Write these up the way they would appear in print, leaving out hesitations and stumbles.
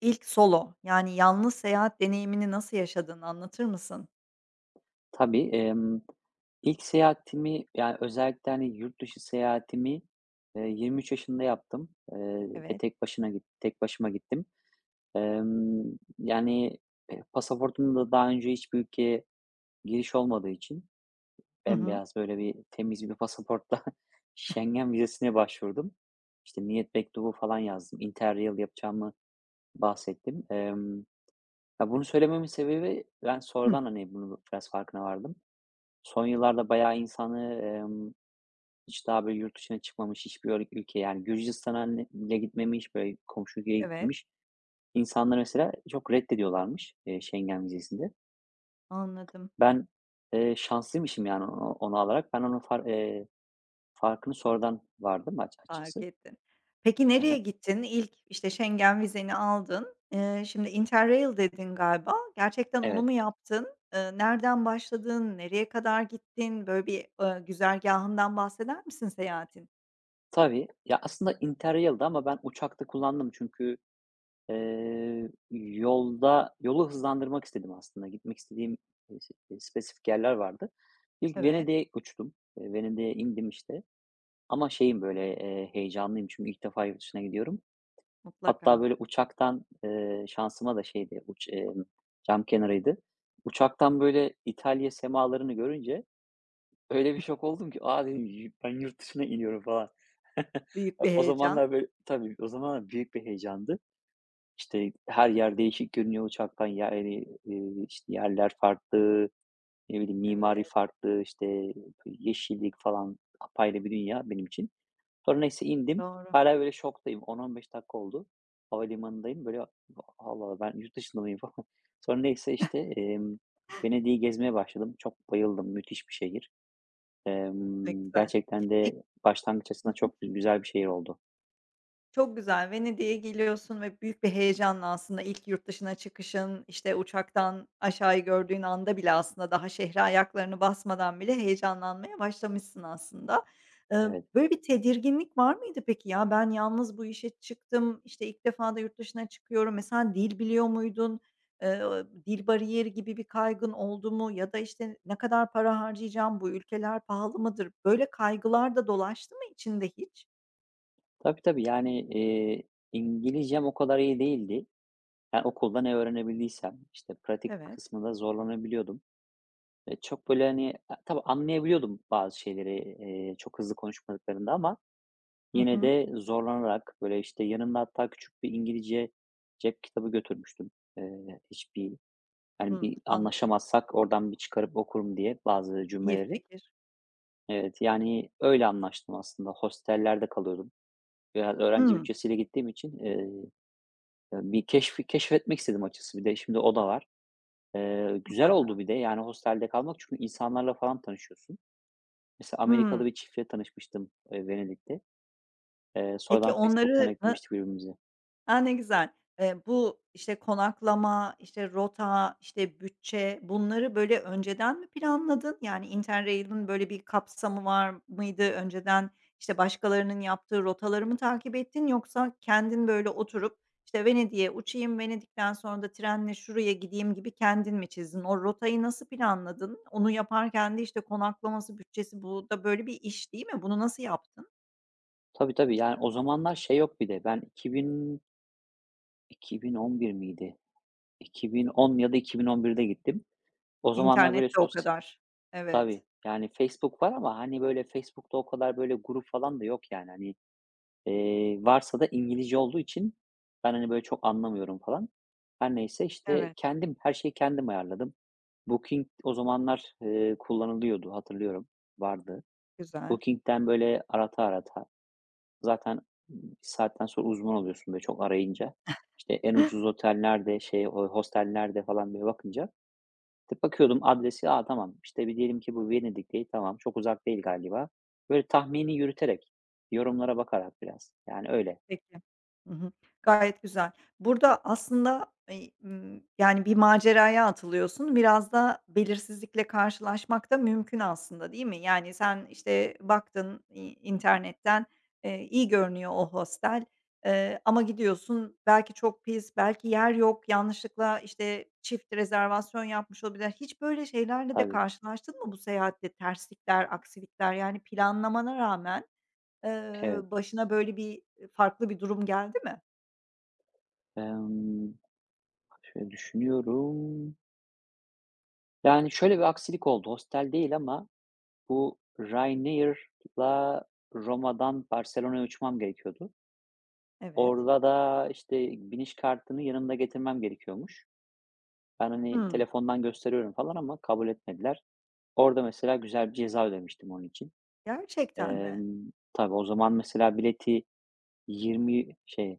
İlk solo, yani yalnız seyahat deneyimini nasıl yaşadığını anlatır mısın? Tabii, ilk seyahatimi, yani, özellikle, hani, yurt dışı seyahatimi, 23 yaşında yaptım, ve Evet. tek başına tek başıma gittim. Emm, Yani, pasaportumda daha önce hiçbir ülkeye giriş olmadığı için Hı hı. bembeyaz, böyle, bir temiz bir pasaportla Schengen vizesine başvurdum. İşte, niyet mektubu falan yazdım. Interrail yapacağımı bahsettim. Ya, bunu söylememin sebebi ben Hıh. sonradan, hani, bunu biraz farkına vardım. Son yıllarda bayağı insanı, hiç daha böyle yurt dışına çıkmamış hiçbir öyle ülkeye, yani, Gürcistan'a ne bile gitmemiş, böyle komşu ülkeye Evet, gitmemiş insanlar mesela çok reddediyorlarmış, Schengen vizesinde. anladım, Ben, şanslıymışım yani onu alarak. Ben onun farkını sonradan vardım fark açıkçası. ettin. Peki Hı. nereye gittin? İlk, işte, Schengen vizeni aldın. Şimdi Interrail dedin galiba. Gerçekten onu Evet. mu yaptın? Nereden başladın? Nereye kadar gittin? Böyle bir güzergâhından bahseder misin seyahatin? Tabii. Ya, aslında Interrail'di ama ben uçakta kullandım çünkü yolu hızlandırmak istedim aslında. Gitmek istediğim, s spesifik yerler vardı. İlk Evet, Venedik'e uçtum. Venedik'e indim, işte, ama şeyim, böyle, heyecanlıyım çünkü ilk defa yurt dışına gidiyorum. Hatta, mutlaka. böyle, uçaktan, şansıma da şeydi, uç cam kenarıydı. Uçaktan, böyle, İtalya semalarını görünce öyle bir şok oldum ki, "A!" dedim, "Y ben yurt dışına iniyorum." falan. Büyük bir O heyecan. zamanlar, böyle Tabii, o zamanlar büyük bir heyecandı. İşte, her yer değişik görünüyor uçaktan. Yani, işte, yerler farklı, ne bileyim, mimari Evet, farklı, işte, yeşillik falan apayrı bir dünya benim için. Sonra neyse indim. doğru. Hala böyle şoktayım. 10-15 dakika oldu. Havalimanındayım. Böyle, Allah Allah ben yurt dışında mıyım falan. Sonra neyse, işte, Venedik'i gezmeye başladım. Çok bayıldım. Müthiş bir şehir. Ne güzel. Gerçekten Peki. de başlangıç açısından çok güzel bir şehir oldu. Çok güzel. Venedik'e geliyorsun ve büyük bir heyecanla aslında ilk yurt dışına çıkışın, işte, uçaktan aşağıyı gördüğün anda bile aslında daha şehre ayaklarını basmadan bile heyecanlanmaya başlamışsın aslında. Iıı, Evet. böyle bir tedirginlik var mıydı peki ya? Ben yalnız bu işe çıktım, işte, ilk defa da yurt dışına çıkıyorum. Mesela dil biliyor muydun? Dil bariyeri gibi bir kaygın oldu mu? Ya da, işte, ne kadar para harcayacağım, bu ülkeler pahalı mıdır? Böyle kaygılar da dolaştı mı içinde hiç? Tabii, tabii. Yani, İngilizcem o kadar iyi değildi. Yani, okulda ne öğrenebildiysem, işte, pratik Evet. kısmında zorlanabiliyordum. Çok, böyle, hani, a tabii anlayabiliyordum bazı şeyleri, çok hızlı konuşmadıklarında ama Hı yine hı. de zorlanarak, böyle, işte, yanımda hatta küçük bir İngilizce cep kitabı götürmüştüm. Hiçbir, hani, Hımm, bir anladım. anlaşamazsak oradan bir çıkarıp okurum diye bazı İyi cümleleri. fikir. Evet, yani, öyle anlaştım aslında. Hostellerde kalıyordum. Biraz öğrenci Hımm, bütçesiyle gittiğim için, bir keşfetmek istedim açıkçası. Bir de şimdi o da var. Güzel oldu mutlaka. bir de, yani, hostelde kalmak çünkü insanlarla falan tanışıyorsun. Mesela Amerikalı Hımm. bir çiftle tanışmıştım, Venedik'te. Peki Sonradan Facebook'tan onları na eklemiştik birbirimizi. A, ne güzel. Bu, işte, konaklama, işte, rota, işte, bütçe bunları, böyle, önceden mi planladın? Yani Interrail'in böyle bir kapsamı var mıydı? Önceden, işte, başkalarının yaptığı rotaları mı takip ettin yoksa kendin, böyle, oturup, işte, Venedik'e uçayım, Venedik'ten sonra da trenle şuraya gideyim gibi kendin mi çizdin? O rotayı nasıl planladın? Onu yaparken de, işte, konaklaması, bütçesi bu da böyle bir iş değil mi? Bunu nasıl yaptın? Tabii, tabii, yani, o zamanlar şey yok bir de ben 2000 2011 miydi? 2010 ya da 2011'de gittim. O zamanlar böyle İnternette o kadar. Evet, Tabii, yani, Facebook var ama, hani, böyle Facebook'ta o kadar böyle grup falan da yok yani. Hani, varsa da İngilizce olduğu için ben, hani, böyle, çok anlamıyorum falan. Her neyse, işte, evet, kendim, her şeyi kendim ayarladım. Booking o zamanlar, kullanılıyordu, hatırlıyorum, vardı. güzel. Booking'den, böyle, arata arata zaten bir saatten sonra uzman oluyorsun, böyle, çok arayınca. İşte, en ucuz otellerde şey, o hostellerde falan, böyle, bakınca. Tık bakıyordum adresi, a, tamam, işte, bir diyelim ki bu Venedik değil, tamam, çok uzak değil galiba. Böyle tahmini yürüterek, yorumlara bakarak biraz, yani, öyle. Peki. Hı hı. Gayet güzel. Burada aslında, yani, bir maceraya atılıyorsun. Biraz da belirsizlikle karşılaşmak da mümkün aslında, değil mi? Yani, sen, işte, baktın internetten, iyi görünüyor o hostel. Ama gidiyorsun, belki çok pis, belki yer yok, yanlışlıkla, işte, çift rezervasyon yapmış olabilir. Hiç böyle şeylerle de Tabii. karşılaştın mı bu seyahatte? Terslikler, aksilikler, yani planlamana rağmen, eee, Evet, başına böyle bir, farklı bir durum geldi mi? emm, şöyle düşünüyorum. Yani, şöyle bir aksilik oldu. Hostel değil ama bu Ryanair'la Roma'dan Barcelona'ya uçmam gerekiyordu. Evet. Orada da, işte, biniş kartını yanımda getirmem gerekiyormuş. Ben, hani, Hıı. telefondan gösteriyorum falan ama kabul etmediler. Orada mesela güzel bir ceza ödemiştim onun için. Gerçekten mi? Tabii o zaman mesela bileti 20 şey,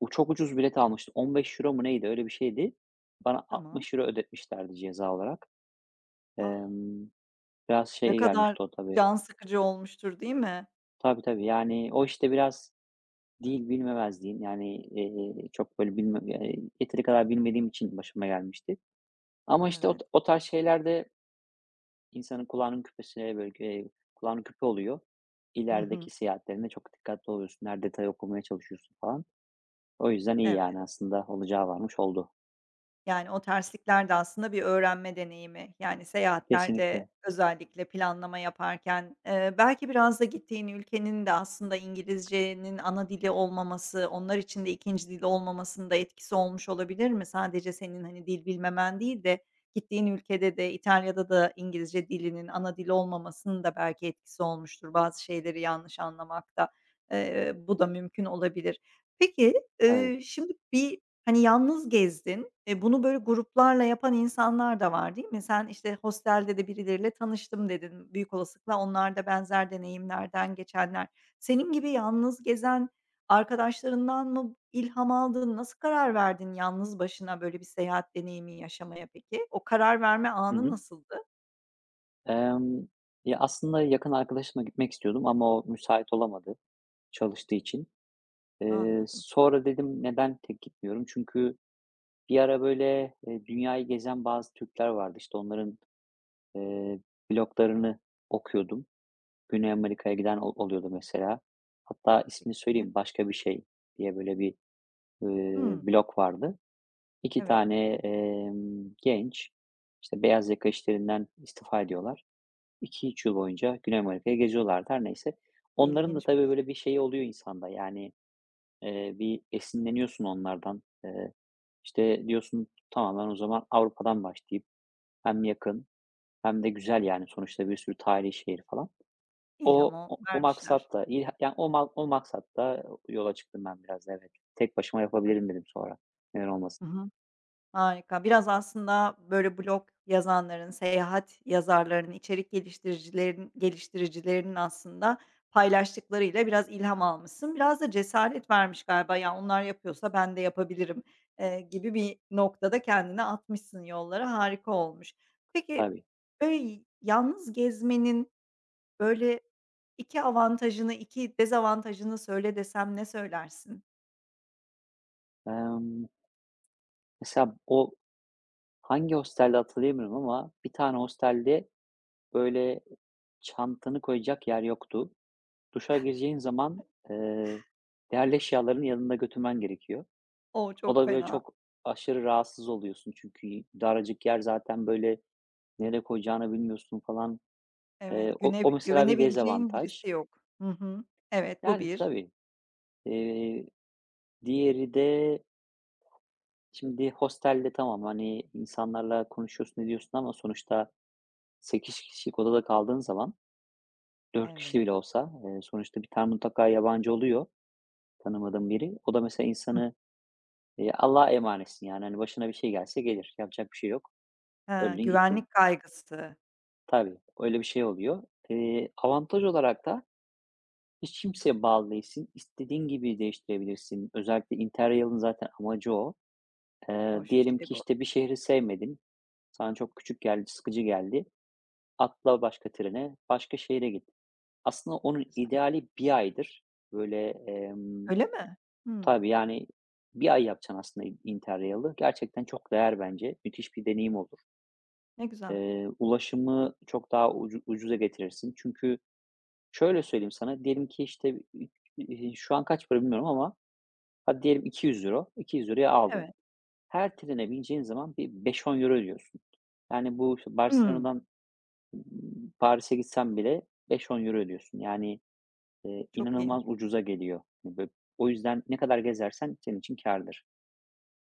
u çok ucuz bilet almıştım. 15 euro mu neydi? Öyle bir şeydi. Bana Tamam. 60 euro ödetmişlerdi ceza olarak. Ah, Emm, Biraz ne şey kadar gelmişti o tabii. can sıkıcı olmuştur, değil mi? Tabii, tabii. Yani o, işte, biraz dil bilmemezliğin, yani, çok böyle bilme yeteri kadar bilmediğim için başıma gelmişti. Ama, işte, Evet. O tarz şeyler insanın kulağının küpesine böyle, kulağının küpe oluyor. Hı hı. İlerideki seyahatlerinde çok dikkatli oluyorsun, her detayı okumaya çalışıyorsun falan. O yüzden iyi Evet. yani aslında olacağı varmış oldu. Yani, o terslikler de aslında bir öğrenme deneyimi. Yani, seyahatlerde Kesinlikle, özellikle planlama yaparken, belki biraz da gittiğin ülkenin de aslında İngilizcenin ana dili olmaması, onlar için de ikinci dili olmamasında etkisi olmuş olabilir mi? Sadece senin, hani, dil bilmemen değil de gittiğin ülkede de İtalya'da da İngilizce dilinin ana dili olmamasının da belki etkisi olmuştur bazı şeyleri yanlış anlamakta. Bu da mümkün olabilir. Peki, tabii. Şimdi bir hani, yalnız gezdin. E, bunu böyle gruplarla yapan insanlar da var, değil mi? Sen, işte, hostelde de birileriyle tanıştım dedin. Büyük olasılıkla onlar da benzer deneyimlerden geçenler. Senin gibi yalnız gezen arkadaşlarından mı ilham aldın? Nasıl karar verdin yalnız başına böyle bir seyahat deneyimi yaşamaya peki? O karar verme Hı anı hı. nasıldı? Emm, Ya, aslında yakın arkadaşımla gitmek istiyordum ama o müsait olamadı çalıştığı için. Anladım. Sonra dedim neden tek gitmiyorum? Çünkü bir ara böyle, dünyayı gezen bazı Türkler vardı. İşte onların, eee, bloglarını okuyordum. Güney Amerika'ya giden o oluyordu mesela. Hatta ismini Peki. söyleyeyim, Başka Bir Şey diye böyle bir, Hımm. blog vardı. 2 Evet, tane, genç, işte beyaz yaka işlerinden istifa ediyorlar. 2 üç yıl boyunca Güney Amerika'ya geziyorlardı. Her neyse. Onların da tabii ilginçmiş. böyle bir şeyi oluyor insanda yani, bir esinleniyorsun onlardan. İşte, diyorsun, "Tamam, ben o zaman Avrupa'dan başlayıp hem yakın hem de güzel, yani, sonuçta bir sürü tarihi şehir falan." O İlham o o o vermişler. maksatla, ilha ya, o ma o maksatla yola çıktım ben biraz da, evet. Tek başıma Hah. yapabilirim dedim sonra. Neden Hı olmasın? hı. Harika. Biraz aslında böyle blog yazanların, seyahat yazarlarının, içerik geliştiricilerinin aslında paylaştıklarıyla biraz ilham almışsın. Biraz da cesaret vermiş galiba. Ya onlar yapıyorsa ben de yapabilirim, gibi bir noktada kendini atmışsın yollara. Harika olmuş. Peki, Tabii. böyle yalnız gezmenin böyle 2 avantajını, 2 dezavantajını söyle desem ne söylersin? Emm, Mesela o hangi hostelde hatırlayamıyorum ama bir tane hostelde, böyle, çantanı koyacak yer yoktu. Duşa gireceğin zaman, eee, değerli eşyalarını yanında götürmen gerekiyor. O, O çok da, böyle, fena. çok aşırı rahatsız oluyorsun çünkü daracık yer zaten, böyle, nereye koyacağını bilmiyorsun falan. Eee, Evet, o güne o mesela bir güvenebileceğin dezavantaj. birisi yok. Hı hı. Evet, bu Yani, bir. tabii. Eee, Diğeri de şimdi hostelde tamam, hani, insanlarla konuşuyorsun, ediyorsun ama sonuçta 8 kişilik odada kaldığın zaman dört kişi Evet. bile olsa, sonuçta bir tane mutlaka yabancı oluyor, tanımadığın biri. O da mesela Hıh. insanı. Allah'a emanetsin yani, hani, başına bir şey gelse gelir. Yapacak bir şey yok. He, Öldün gittin. güvenlik kaygısı. Tabii, öyle bir şey oluyor. Avantaj olarak da hiç kimseye bağlı değilsin. İstediğin gibi değiştirebilirsin. Özellikle Interrail'in zaten amacı o. Hoş bir Diyelim şey ki, bu. işte, bir şehri sevmedin. Sana çok küçük geldi, sıkıcı geldi. Atla başka trene, başka şehre git. Aslında onun Güzel. ideali bir aydır. Böyle, Öyle mi? Hımm. tabii, yani, bir ay yapacaksın aslında gerçekten çok değer bence. Müthiş bir deneyim olur. Ne güzel. Ulaşımı çok daha ucuza getirirsin. Çünkü şöyle söyleyeyim sana, diyelim ki, işte, şu an kaç para bilmiyorum ama hadi diyelim iki yüz €200'ya aldın. Evet. Her trene bineceğin zaman bir beş on euro ödüyorsun. Yani, bu, işte, Hımm. Barcelona'dan, Paris'e gitsen bile beş on euro ödüyorsun. Yani, Çok iyi. inanılmaz ucuza geliyor. O yüzden ne kadar gezersen senin için kârdır.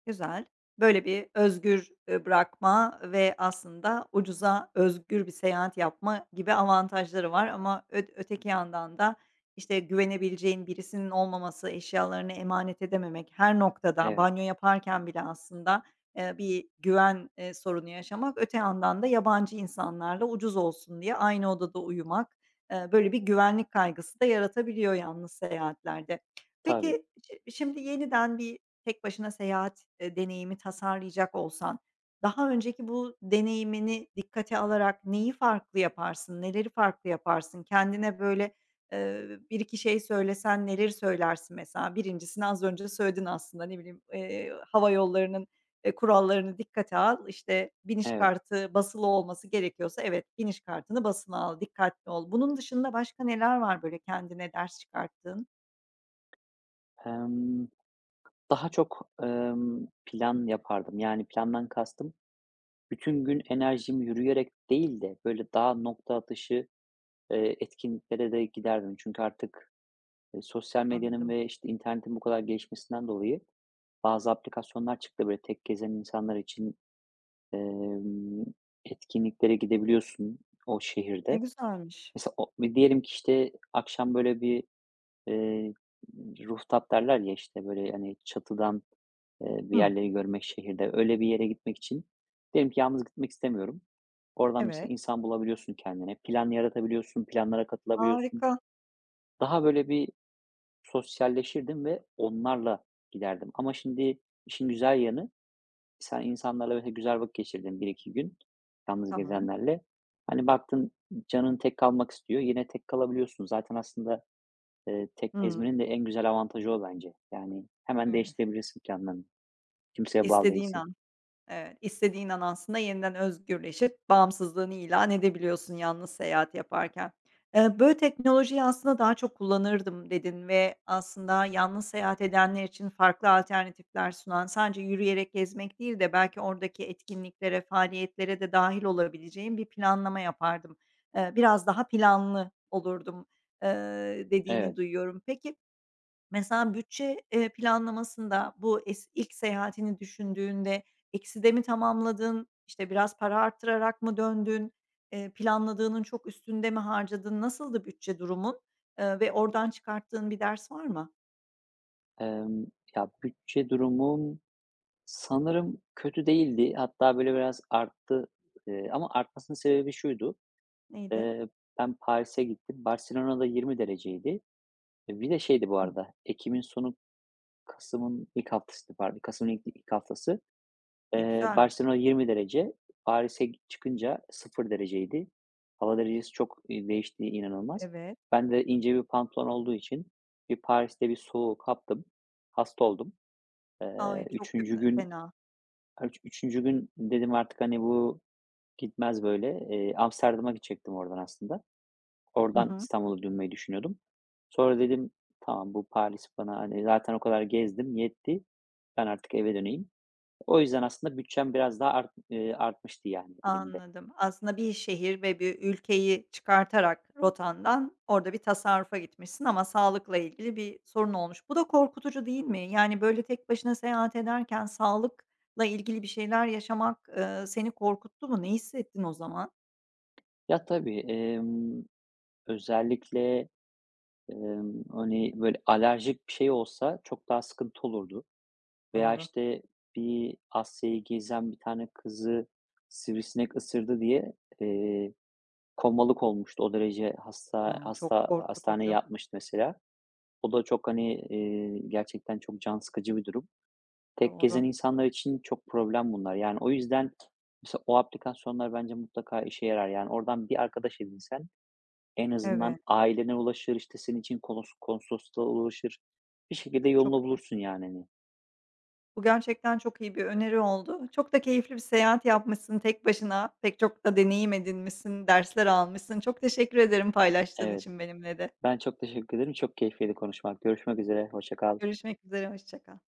Güzel. Böyle bir özgür, bırakma ve aslında ucuza özgür bir seyahat yapma gibi avantajları var ama öteki yandan da, işte, güvenebileceğin birisinin olmaması, eşyalarını emanet edememek, her noktada Evet, banyo yaparken bile aslında, bir güven sorunu yaşamak, öte yandan da yabancı insanlarla ucuz olsun diye aynı odada uyumak, böyle bir güvenlik kaygısı da yaratabiliyor yalnız seyahatlerde. tabii. Peki, şimdi yeniden bir tek başına seyahat deneyimi tasarlayacak olsan, daha önceki bu deneyimini dikkate alarak neyi farklı yaparsın, neleri farklı yaparsın? Kendine böyle 1-2 şey söylesen neleri söylersin mesela? 1'incisini az önce söyledin aslında, ne bileyim, hava yollarının kurallarını dikkate al, işte, biniş Evet. kartı basılı olması gerekiyorsa evet, biniş kartını basılı al, dikkatli ol. Bunun dışında başka neler var böyle kendine ders çıkarttığın? Emm, Daha çok, plan yapardım. Yani, plandan kastım bütün gün enerjimi yürüyerek değil de böyle daha nokta atışı, etkinliklere de giderdim. Çünkü artık, sosyal medyanın Anladım. ve, işte, internetin bu kadar gelişmesinden dolayı bazı aplikasyonlar çıktı. Böyle tek gezen insanlar için, emm, etkinliklere gidebiliyorsun o Ne şehirde. güzelmiş. Mesela o diyelim ki, işte, akşam böyle bir, eee, rooftop derler ya, işte, böyle, hani, çatıdan bir Hıı, yerleri görmek şehirde. Öyle bir yere gitmek için diyelim ki yalnız gitmek istemiyorum. Oradan evet. mesela insan bulabiliyorsun kendine. Plan yaratabiliyorsun, planlara katılabiliyorsun. Harika. Daha böyle bir sosyalleşirdim ve onlarla giderdim. Ama şimdi işin güzel yanı sen insanlarla böyle güzel vakit geçirdin bir iki gün yalnız Tamam. gezenlerle. Hani baktın canın tek kalmak istiyor. Yine tek kalabiliyorsun. Zaten aslında, tek Hımm. gezmenin de en güzel avantajı o bence. Yani hemen Evet. değiştirebilirsin planlarını. Kimseye bağlı İstediğin değilsin. an, evet, istediğin an aslında yeniden özgürleşip bağımsızlığını ilan edebiliyorsun yalnız seyahat yaparken. Böyle, "Teknolojiyi aslında daha çok kullanırdım." dedin ve aslında yalnız seyahat edenler için farklı alternatifler sunan, sadece yürüyerek gezmek değil de belki oradaki etkinliklere, faaliyetlere de dâhil olabileceğin bir planlama yapardım. Biraz daha planlı olurdum, dediğini Evet. duyuyorum. Peki. Mesela bütçe planlamasında bu ilk seyahatini düşündüğünde ekside mi tamamladın, işte, biraz para arttırarak mı döndün, planladığının çok üstünde mi harcadın? Nasıldı bütçe durumun, ve oradan çıkarttığın bir ders var mı? Emm, Ya, bütçe durumum sanırım kötü değildi. Hatta, böyle, biraz arttı, ama artmasının sebebi şuydu: Neydi? Eee, Ben Paris'e gittim. Barcelona'da 20 dereceydi. E, bir de şeydi bu Hımm, arada, Ekim'in sonu, kasımın ilk haftasıydı pardon, kasımın ilk haftası. ne güzelmiş. Barcelona 20 derece, Paris'e çıkınca 0 dereceydi. Hava derecesi çok, değişti, inanılmaz. Evet. Ben de ince bir pantolon olduğu için bir Paris'te bir soğuk kaptım, hasta oldum. Eee, Ay, 3. çok gün fena. 3. gün dedim artık, hani, bu gitmez böyle. Amsterdam'a gidecektim oradan aslında. Hı Oradan hı. İstanbul'a dönmeyi düşünüyordum. Sonra dedim, "Tamam, bu Paris bana, hani, zaten o kadar gezdim, yetti. Ben artık eve döneyim." O yüzden aslında bütçem biraz daha artmıştı yani elimde. Anladım. Aslında bir şehir ve bir ülkeyi çıkartarak rotandan orada bir tasarrufa gitmişsin ama sağlıkla ilgili bir sorun olmuş. Bu da korkutucu değil mi? Yani, böyle, tek başına seyahat ederken sağlıkla ilgili bir şeyler yaşamak, seni korkuttu mu? Ne hissettin o zaman? Ya, tabii, özellikle, hani, böyle alerjik bir şey olsa çok daha sıkıntı olurdu. Veya, Doğru. işte, bir Asya'yı gezen bir tane kızı sivrisinek ısırdı diye, eee, komalık olmuştu. O derece hasta A, çok hasta hastaneye korkutucu. yatmıştı mesela. O da çok, hani, gerçekten çok can sıkıcı bir durum. Tek gezen Doğru. insanlar için çok problem bunlar. Yani, o yüzden mesela o aplikasyonlar bence mutlaka işe yarar. Yani, oradan bir arkadaş edinsen en azından Evet, ailene ulaşır, işte, senin için konsolosluğa ulaşır. Bir şekilde çok yolunu iyi. bulursun yani, hani. Bu gerçekten çok iyi bir öneri oldu. Çok da keyifli bir seyahat yapmışsın tek başına. Pek çok da deneyim edinmişsin, dersler almışsın. Çok teşekkür ederim paylaştığın Evet. için benimle de. Ben çok teşekkür ederim. Çok keyifliydi konuşmak. Görüşmek üzere. Hoşça kal. Görüşmek üzere, hoşça kal.